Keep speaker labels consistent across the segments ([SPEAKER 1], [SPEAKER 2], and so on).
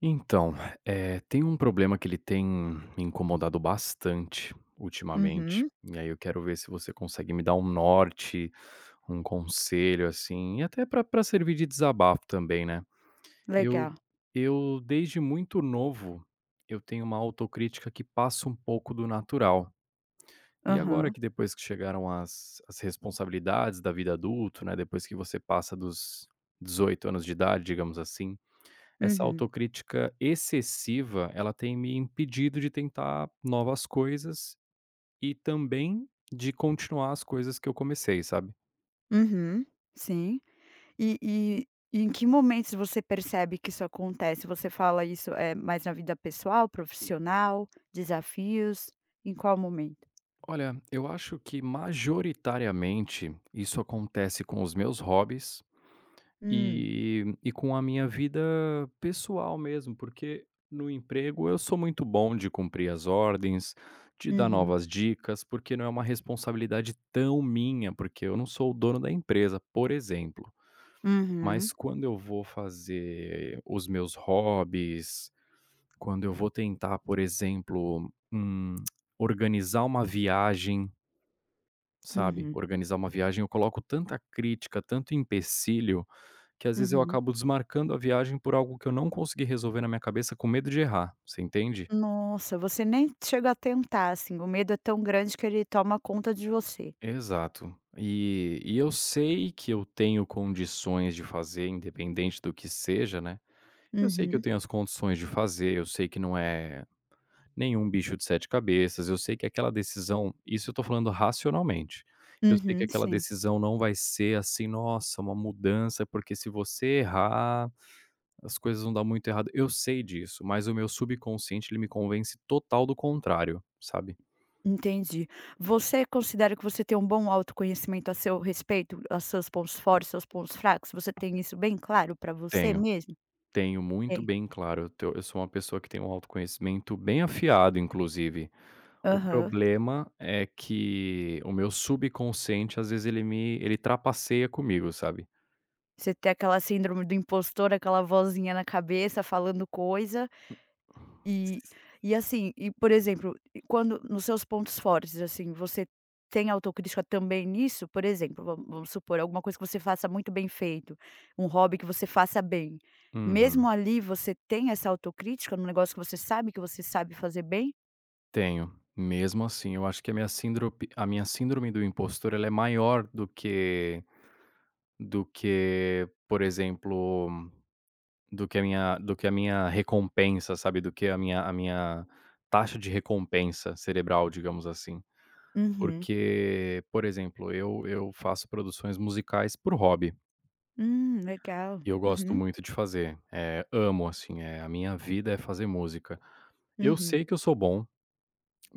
[SPEAKER 1] Então, tem um problema que ele tem me incomodado bastante ultimamente,
[SPEAKER 2] Uhum,
[SPEAKER 1] e aí eu quero ver se você consegue me dar um norte, um conselho, assim, e até para pra servir de desabafo também, né. Eu
[SPEAKER 2] legal.
[SPEAKER 1] eu desde muito novo, eu tenho uma autocrítica que passa um pouco do natural. E agora
[SPEAKER 2] Aham.
[SPEAKER 1] que depois que chegaram as responsabilidades da vida adulto, né, depois que você passa dos 18 anos de idade, digamos assim, essa
[SPEAKER 2] Uhum,
[SPEAKER 1] autocrítica excessiva, ela tem me impedido de tentar novas coisas e também de continuar as coisas que eu comecei, sabe?
[SPEAKER 2] uhum, sim. E e e em que momentos você percebe que isso acontece? Você fala isso, é mais na vida pessoal, profissional, desafios? Em qual momento?
[SPEAKER 1] Olha, eu acho que majoritariamente isso acontece com os meus hobbies
[SPEAKER 2] Hum,
[SPEAKER 1] e com a minha vida pessoal mesmo, porque no emprego eu sou muito bom de cumprir as ordens, de dar
[SPEAKER 2] uhum,
[SPEAKER 1] novas dicas, porque não é uma responsabilidade tão minha, porque eu não sou o dono da empresa, por exemplo.
[SPEAKER 2] uhum,
[SPEAKER 1] Mas quando eu vou fazer os meus hobbies, quando eu vou tentar, por exemplo, organizar uma viagem, sabe,
[SPEAKER 2] uhum,
[SPEAKER 1] organizar uma viagem, eu coloco tanta crítica, tanto empecilho, que às vezes eu
[SPEAKER 2] uhum.
[SPEAKER 1] acabo desmarcando a viagem por algo que eu não consegui resolver na minha cabeça com medo de errar, você entende?
[SPEAKER 2] Nossa, você nem chega a tentar, assim, o medo é tão grande que ele toma conta de você.
[SPEAKER 1] Exato. E eu sei que eu tenho condições de fazer, independente do que seja, né? Eu sei que eu
[SPEAKER 2] Uhum,
[SPEAKER 1] tenho as condições de fazer, eu sei que não é nenhum bicho de 7 cabeças, eu sei que aquela decisão, isso eu tô falando racionalmente. Eu sei que
[SPEAKER 2] uhum,
[SPEAKER 1] aquela
[SPEAKER 2] sim.
[SPEAKER 1] decisão não vai ser assim: "Nossa, uma mudança, porque se você errar, as coisas vão dar muito errado". Eu sei disso, mas o meu subconsciente ele me convence total do contrário, sabe.
[SPEAKER 2] Entendi. Você considera que você tem um bom autoconhecimento a seu respeito, a seus pontos fortes, seus pontos fracos? Você tem isso bem claro pra você
[SPEAKER 1] Tenho,
[SPEAKER 2] mesmo?
[SPEAKER 1] tenho muito
[SPEAKER 2] Tem.
[SPEAKER 1] bem claro, eu sou uma pessoa que tem um autoconhecimento bem afiado inclusive. O
[SPEAKER 2] Aham.
[SPEAKER 1] problema é que o meu subconsciente às vezes ele trapaceia comigo, sabe.
[SPEAKER 2] Você tem aquela síndrome do impostor, aquela vozinha na cabeça falando coisa. E e assim, e por exemplo, e quando nos seus pontos fortes, assim, você tem autocrítica também nisso? Por exemplo, vamos supor, alguma coisa que você faça muito bem feito, um hobby que você faça bem.
[SPEAKER 1] Uhum.
[SPEAKER 2] Mesmo ali, você tem essa autocrítica no negócio que você sabe fazer bem?
[SPEAKER 1] Tenho. Mesmo assim, eu acho que a minha síndrome do impostor, ela é maior do que por exemplo, do que a minha recompensa, sabe, do que a minha taxa de recompensa cerebral, digamos assim.
[SPEAKER 2] Uhum.
[SPEAKER 1] Porque, por exemplo, eu faço produções musicais por hobby, e
[SPEAKER 2] Legal.
[SPEAKER 1] eu gosto
[SPEAKER 2] Uhum,
[SPEAKER 1] muito de fazer. Amo, assim, é a minha vida, é fazer música. Eu
[SPEAKER 2] uhum,
[SPEAKER 1] sei que eu sou bom.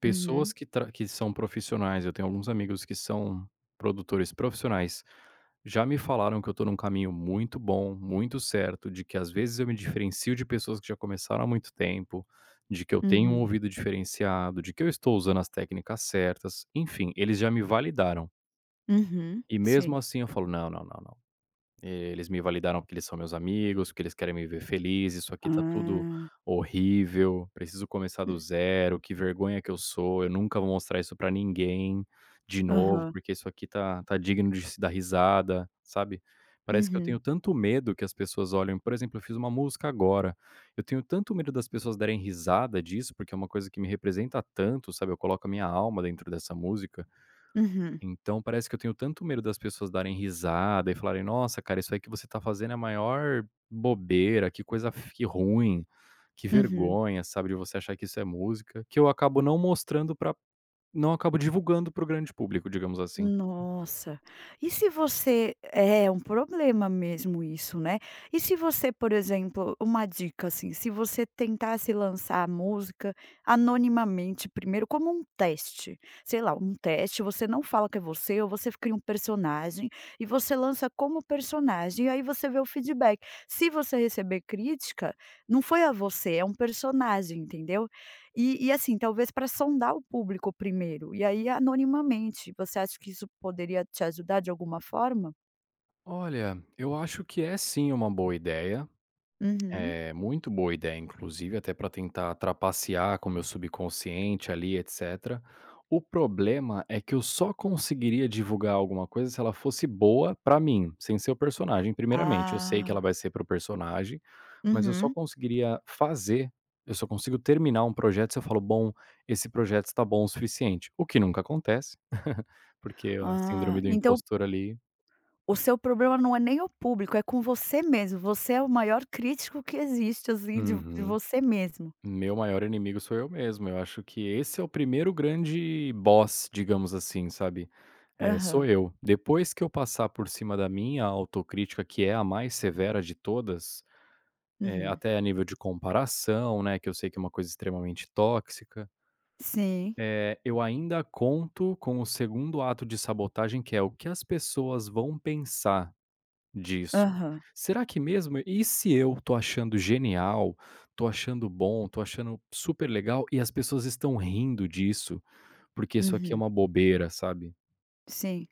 [SPEAKER 1] Pessoas
[SPEAKER 2] uhum,
[SPEAKER 1] que tra que são profissionais, eu tenho alguns amigos que são produtores profissionais, já me falaram que eu tô num caminho muito bom, muito certo, de que às vezes eu me diferencio de pessoas que já começaram há muito tempo, de que eu tenho um
[SPEAKER 2] uhum,
[SPEAKER 1] ouvido diferenciado, de que eu estou usando as técnicas certas, enfim, eles já me validaram.
[SPEAKER 2] uhum.
[SPEAKER 1] E mesmo
[SPEAKER 2] Sim.
[SPEAKER 1] assim eu falo: "Não, não, não, não. Eles me validaram porque eles são meus amigos, porque eles querem me ver feliz, isso aqui tá tudo
[SPEAKER 2] Ah.
[SPEAKER 1] horrível, preciso começar
[SPEAKER 2] Hum.
[SPEAKER 1] do zero, que vergonha que eu sou, eu nunca vou mostrar isso pra ninguém de novo,
[SPEAKER 2] Aham.
[SPEAKER 1] porque isso aqui tá digno de se dar risada", sabe. Parece que eu
[SPEAKER 2] Uhum,
[SPEAKER 1] tenho tanto medo que as pessoas olhem, por exemplo, eu fiz uma música agora, eu tenho tanto medo das pessoas darem risada disso, porque é uma coisa que me representa tanto, sabe, eu coloco a minha alma dentro dessa música,
[SPEAKER 2] uhum,
[SPEAKER 1] então parece que eu tenho tanto medo das pessoas darem risada e falarem: "Nossa, cara, isso aí que você tá fazendo é a maior bobeira, que coisa f que ruim, que
[SPEAKER 2] uhum.
[SPEAKER 1] vergonha", sabe, de você achar que isso é música, que eu acabo não mostrando pra não acabo divulgando para o grande público, digamos assim.
[SPEAKER 2] Nossa. E se você é um problema mesmo isso, né. E se você, por exemplo, uma dica, assim, se você tentasse lançar a música anonimamente primeiro, como um teste, sei lá, um teste, você não fala que é você ou você cria um personagem e você lança como personagem, e aí você vê o feedback. Se você receber crítica, não foi a você, é um personagem, entendeu? E assim, talvez para sondar o público primeiro, e aí anonimamente, você acha que isso poderia te ajudar de alguma forma?
[SPEAKER 1] Olha, eu acho que é sim uma boa ideia,
[SPEAKER 2] Uhum.
[SPEAKER 1] é, muito boa ideia, inclusive, até para tentar trapacear com o meu subconsciente ali, etc. O problema é que eu só conseguiria divulgar alguma coisa se ela fosse boa para mim, sem ser o personagem, primeiramente. Eu sei que ela
[SPEAKER 2] Ah,
[SPEAKER 1] vai ser para o personagem, mas
[SPEAKER 2] uhum.
[SPEAKER 1] eu só consigo terminar um projeto se eu falo, bom, esse projeto está bom o suficiente. O que nunca acontece, porque a
[SPEAKER 2] Ah,
[SPEAKER 1] síndrome do
[SPEAKER 2] então
[SPEAKER 1] impostor ali.
[SPEAKER 2] o seu problema não é nem o público, é com você mesmo, você é o maior crítico que existe, assim, de
[SPEAKER 1] Uhum.
[SPEAKER 2] você mesmo.
[SPEAKER 1] Meu maior inimigo sou eu mesmo. Eu acho que esse é o primeiro grande boss, digamos assim, sabe? É, sou
[SPEAKER 2] Aham,
[SPEAKER 1] eu. Depois que eu passar por cima da minha autocrítica, que é a mais severa de todas, é,
[SPEAKER 2] uhum.
[SPEAKER 1] até a nível de comparação, né? Que eu sei que é uma coisa extremamente tóxica.
[SPEAKER 2] Sim.
[SPEAKER 1] É, eu ainda conto com o segundo ato de sabotagem, que é o que as pessoas vão pensar disso.
[SPEAKER 2] Aham,
[SPEAKER 1] Será que mesmo e se eu tô achando genial, tô achando bom, tô achando super legal, e as pessoas estão rindo disso, porque isso aqui é
[SPEAKER 2] uhum.
[SPEAKER 1] uma bobeira, sabe?
[SPEAKER 2] Sim.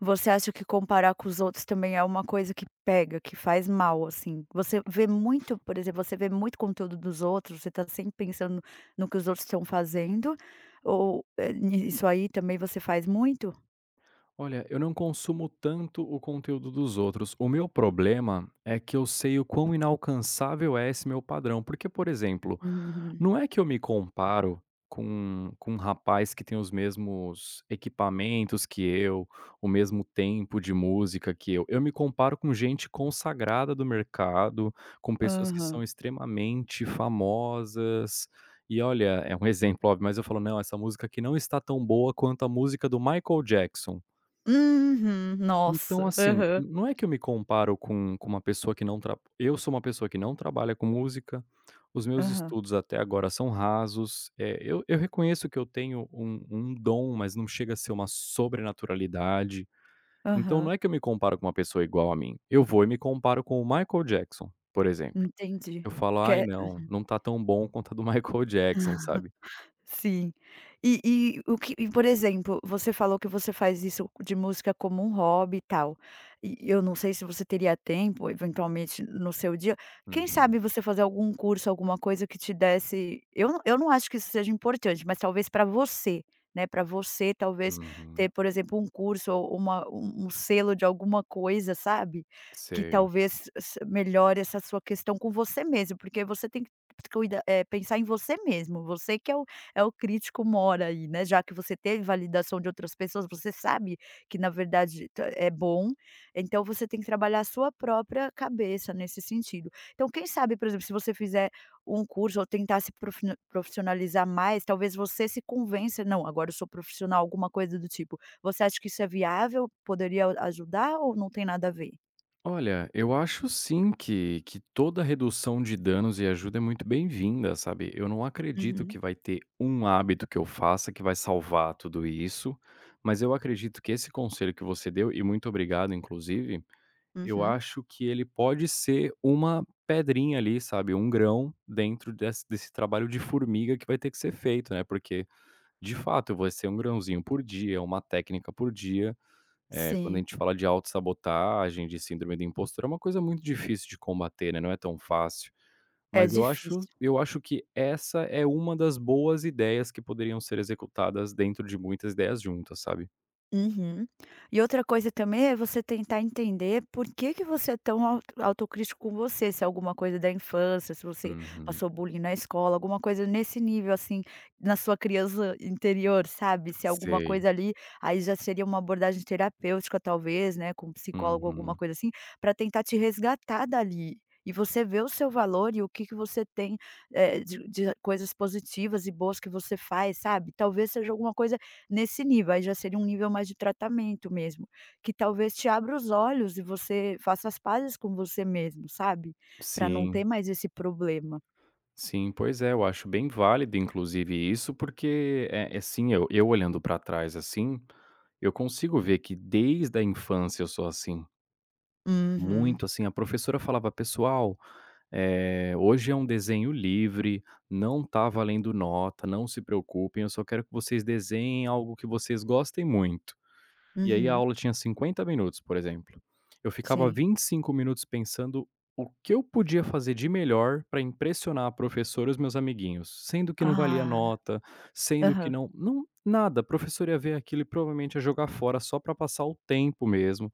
[SPEAKER 2] Você acha que comparar com os outros também é uma coisa que pega, que faz mal, assim? Você vê muito, por exemplo, você vê muito conteúdo dos outros, você tá sempre pensando no que os outros estão fazendo, ou, eh, ni isso aí também você faz muito?
[SPEAKER 1] Olha, eu não consumo tanto o conteúdo dos outros. O meu problema é que eu sei o quão inalcançável é esse meu padrão. Porque, por exemplo,
[SPEAKER 2] Uhum.
[SPEAKER 1] não é que eu me comparo com um rapaz que tem os mesmos equipamentos que eu, o mesmo tempo de música que eu. Eu me comparo com gente consagrada do mercado, com pessoas que são
[SPEAKER 2] Aham.
[SPEAKER 1] extremamente famosas. E olha, é um exemplo óbvio, mas eu falo, não, essa música aqui não está tão boa quanto a música do Michael Jackson.
[SPEAKER 2] Uhum.
[SPEAKER 1] Então,
[SPEAKER 2] Nossa.
[SPEAKER 1] assim,
[SPEAKER 2] Aham.
[SPEAKER 1] não é que eu me comparo com uma pessoa que não tra eu sou uma pessoa que não trabalha com música, os meus
[SPEAKER 2] Aham.
[SPEAKER 1] estudos até agora são rasos, eu reconheço que eu tenho um dom, mas não chega a ser uma sobrenaturalidade, então não
[SPEAKER 2] Aham.
[SPEAKER 1] é que eu me comparo com uma pessoa igual a mim, eu vou e me comparo com o Michael Jackson, por exemplo.
[SPEAKER 2] Entendi.
[SPEAKER 1] Eu falo: "Ai não, não tá tão bom quanto a do Michael Jackson", sabe.
[SPEAKER 2] Sim. E o que e por exemplo, você falou que você faz isso de música como um hobby e tal, e eu não sei se você teria tempo, eventualmente, no seu dia, quem
[SPEAKER 1] Uhum,
[SPEAKER 2] sabe você fazer algum curso, alguma coisa que te desse, eu não acho que isso seja importante, mas talvez para você, né, para você talvez
[SPEAKER 1] uhum,
[SPEAKER 2] ter, por exemplo, um curso ou uma um um selo de alguma coisa, sabe, que
[SPEAKER 1] sei.
[SPEAKER 2] talvez s melhore essa sua questão com você mesmo, porque você tem que cuida é pensar em você mesmo, você que é o crítico mora aí, né, já que você teve validação de outras pessoas, você sabe que na verdade ta é bom, então você tem que trabalhar a sua própria cabeça nesse sentido. Então quem sabe, por exemplo, se você fizer um curso ou tentar se profina profissionalizar mais, talvez você se convença: "Não, agora eu sou profissional", alguma coisa do tipo. Você acha que isso é viável? Poderia ajudar ou não tem nada a ver?
[SPEAKER 1] Olha, eu acho sim que toda redução de danos e ajuda é muito bem-vinda, sabe. Eu não acredito que
[SPEAKER 2] Uhum,
[SPEAKER 1] vai ter um hábito que eu faça que vai salvar tudo isso, mas eu acredito que esse conselho que você deu, e muito obrigado inclusive, eu
[SPEAKER 2] uhum,
[SPEAKER 1] acho que ele pode ser uma pedrinha ali, sabe, um grão dentro desse trabalho de formiga que vai ter que ser feito, né, porque, de fato, vai ser um grãozinho por dia, uma técnica por dia, quando a
[SPEAKER 2] sim,
[SPEAKER 1] gente fala de autossabotagem, de síndrome do impostor, é uma coisa muito difícil de combater, né, não é tão fácil.
[SPEAKER 2] é
[SPEAKER 1] Mas
[SPEAKER 2] difícil.
[SPEAKER 1] eu acho que essa é uma das boas ideias que poderiam ser executadas dentro de muitas ideias juntas, sabe.
[SPEAKER 2] Uhum. E outra coisa também é você tentar entender por que que você é tão au autocrítico com você, se é alguma coisa da infância, se você
[SPEAKER 1] Uhum.
[SPEAKER 2] passou bullying na escola, alguma coisa nesse nível, assim, na sua criança interior, sabe, se é alguma
[SPEAKER 1] Sei.
[SPEAKER 2] coisa ali, aí já seria uma abordagem terapêutica talvez, né, com um psicólogo, alguma
[SPEAKER 1] Uhum.
[SPEAKER 2] coisa assim, para tentar te resgatar dali, e você ver o seu valor e o que que você tem, de coisas positivas e boas que você faz, sabe, talvez seja alguma coisa nesse nível, aí já seria um nível mais de tratamento mesmo, que talvez te abra os olhos e você faça as pazes com você mesmo, sabe, para não ter
[SPEAKER 1] Sim,
[SPEAKER 2] mais esse problema.
[SPEAKER 1] sim. Pois é, eu acho bem válido inclusive isso, porque, é, é assim, eu olhando pra trás, assim, eu consigo ver que desde a infância eu sou assim.
[SPEAKER 2] Uhum,
[SPEAKER 1] Muito, assim, a professora falava: "Pessoal, hoje é um desenho livre, não tá valendo nota, não se preocupem, eu só quero que vocês desenhem algo que vocês gostem muito". E aí a
[SPEAKER 2] uhum,
[SPEAKER 1] aula tinha 50 minutos, por exemplo. Eu ficava
[SPEAKER 2] sim.
[SPEAKER 1] 25 minutos pensando o que eu podia fazer de melhor para impressionar a professora e os meus amiguinhos, sendo que não valia
[SPEAKER 2] Ah,
[SPEAKER 1] nota, sendo que
[SPEAKER 2] aham,
[SPEAKER 1] não nada, a professora ia ver aquilo e provavelmente ia jogar fora só para passar o tempo mesmo.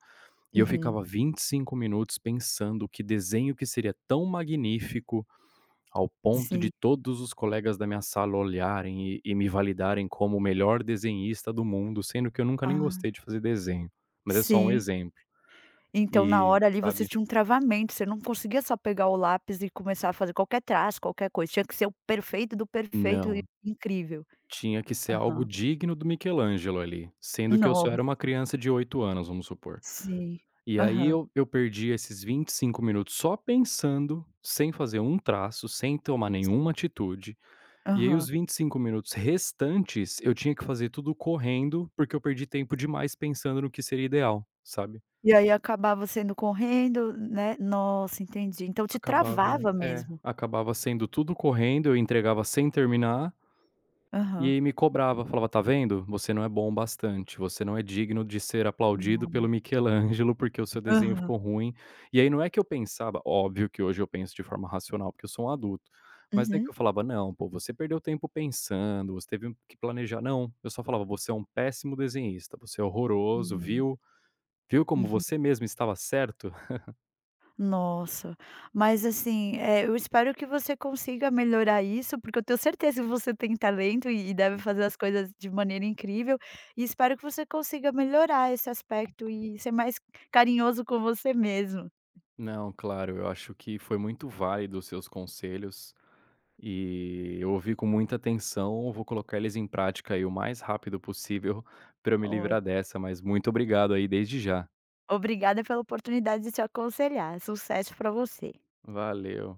[SPEAKER 1] E eu
[SPEAKER 2] uhum,
[SPEAKER 1] ficava 25 minutos pensando que desenho que seria tão magnífico ao ponto de
[SPEAKER 2] sim,
[SPEAKER 1] todos os colegas da minha sala olharem e me validarem como o melhor desenhista do mundo, sendo que eu nunca nem
[SPEAKER 2] ah,
[SPEAKER 1] gostei de fazer desenho, mas é só um
[SPEAKER 2] sim.
[SPEAKER 1] exemplo.
[SPEAKER 2] Então na
[SPEAKER 1] E,
[SPEAKER 2] hora ali você
[SPEAKER 1] sabe
[SPEAKER 2] tinha um travamento, você não conseguia só pegar o lápis e começar a fazer qualquer traço, qualquer coisa, tinha que ser o perfeito do perfeito e
[SPEAKER 1] não,
[SPEAKER 2] incrível.
[SPEAKER 1] Tinha que ser algo
[SPEAKER 2] Aham.
[SPEAKER 1] digno do Michelangelo ali, sendo que eu só
[SPEAKER 2] Nossa,
[SPEAKER 1] era uma criança de 8 anos, vamos supor.
[SPEAKER 2] sim.
[SPEAKER 1] E aí
[SPEAKER 2] Aham,
[SPEAKER 1] eu perdi esses 25 minutos só pensando, sem fazer um traço, sem tomar nenhuma
[SPEAKER 2] sim,
[SPEAKER 1] atitude. E aí os
[SPEAKER 2] aham.
[SPEAKER 1] 25 minutos restantes, eu tinha que fazer tudo correndo, porque eu perdi tempo demais pensando no que seria ideal, sabe.
[SPEAKER 2] E aí acabava sendo correndo, né. Nossa, entendi. Então te travava mesmo.
[SPEAKER 1] Acabava sendo tudo correndo, eu entregava sem terminar. E
[SPEAKER 2] Aham.
[SPEAKER 1] aí me cobrava, falava: "Tá vendo? Você não é bom o bastante, você não é digno de ser aplaudido
[SPEAKER 2] Nossa.
[SPEAKER 1] pelo Michelangelo, porque o seu desenho
[SPEAKER 2] Aham.
[SPEAKER 1] ficou ruim". E aí não é que eu pensava óbvio que hoje eu penso de forma racional, porque eu sou um adulto, mas não é que
[SPEAKER 2] Uhum.
[SPEAKER 1] eu falava: "Não, pô, você perdeu tempo pensando, você teve que planejar". Não, eu só falava: "Você é um péssimo desenhista, você é horroroso,
[SPEAKER 2] Hum.
[SPEAKER 1] viu? Viu como
[SPEAKER 2] Uhum.
[SPEAKER 1] você mesmo estava certo?".
[SPEAKER 2] Nossa. Mas assim, eu espero que você consiga melhorar isso, porque eu tenho certeza que você tem talento e deve fazer as coisas de maneira incrível, e espero que você consiga melhorar esse aspecto e ser mais carinhoso com você mesmo.
[SPEAKER 1] Não, claro, eu acho que foi muito válido os seus conselhos. E eu ouvi com muita atenção, vou colocar eles em prática aí o mais rápido possível para eu me
[SPEAKER 2] Ó,
[SPEAKER 1] livrar dessa, mas muito obrigado aí desde já.
[SPEAKER 2] obrigada pela oportunidade de te aconselhar. Sucesso para você.
[SPEAKER 1] Valeu.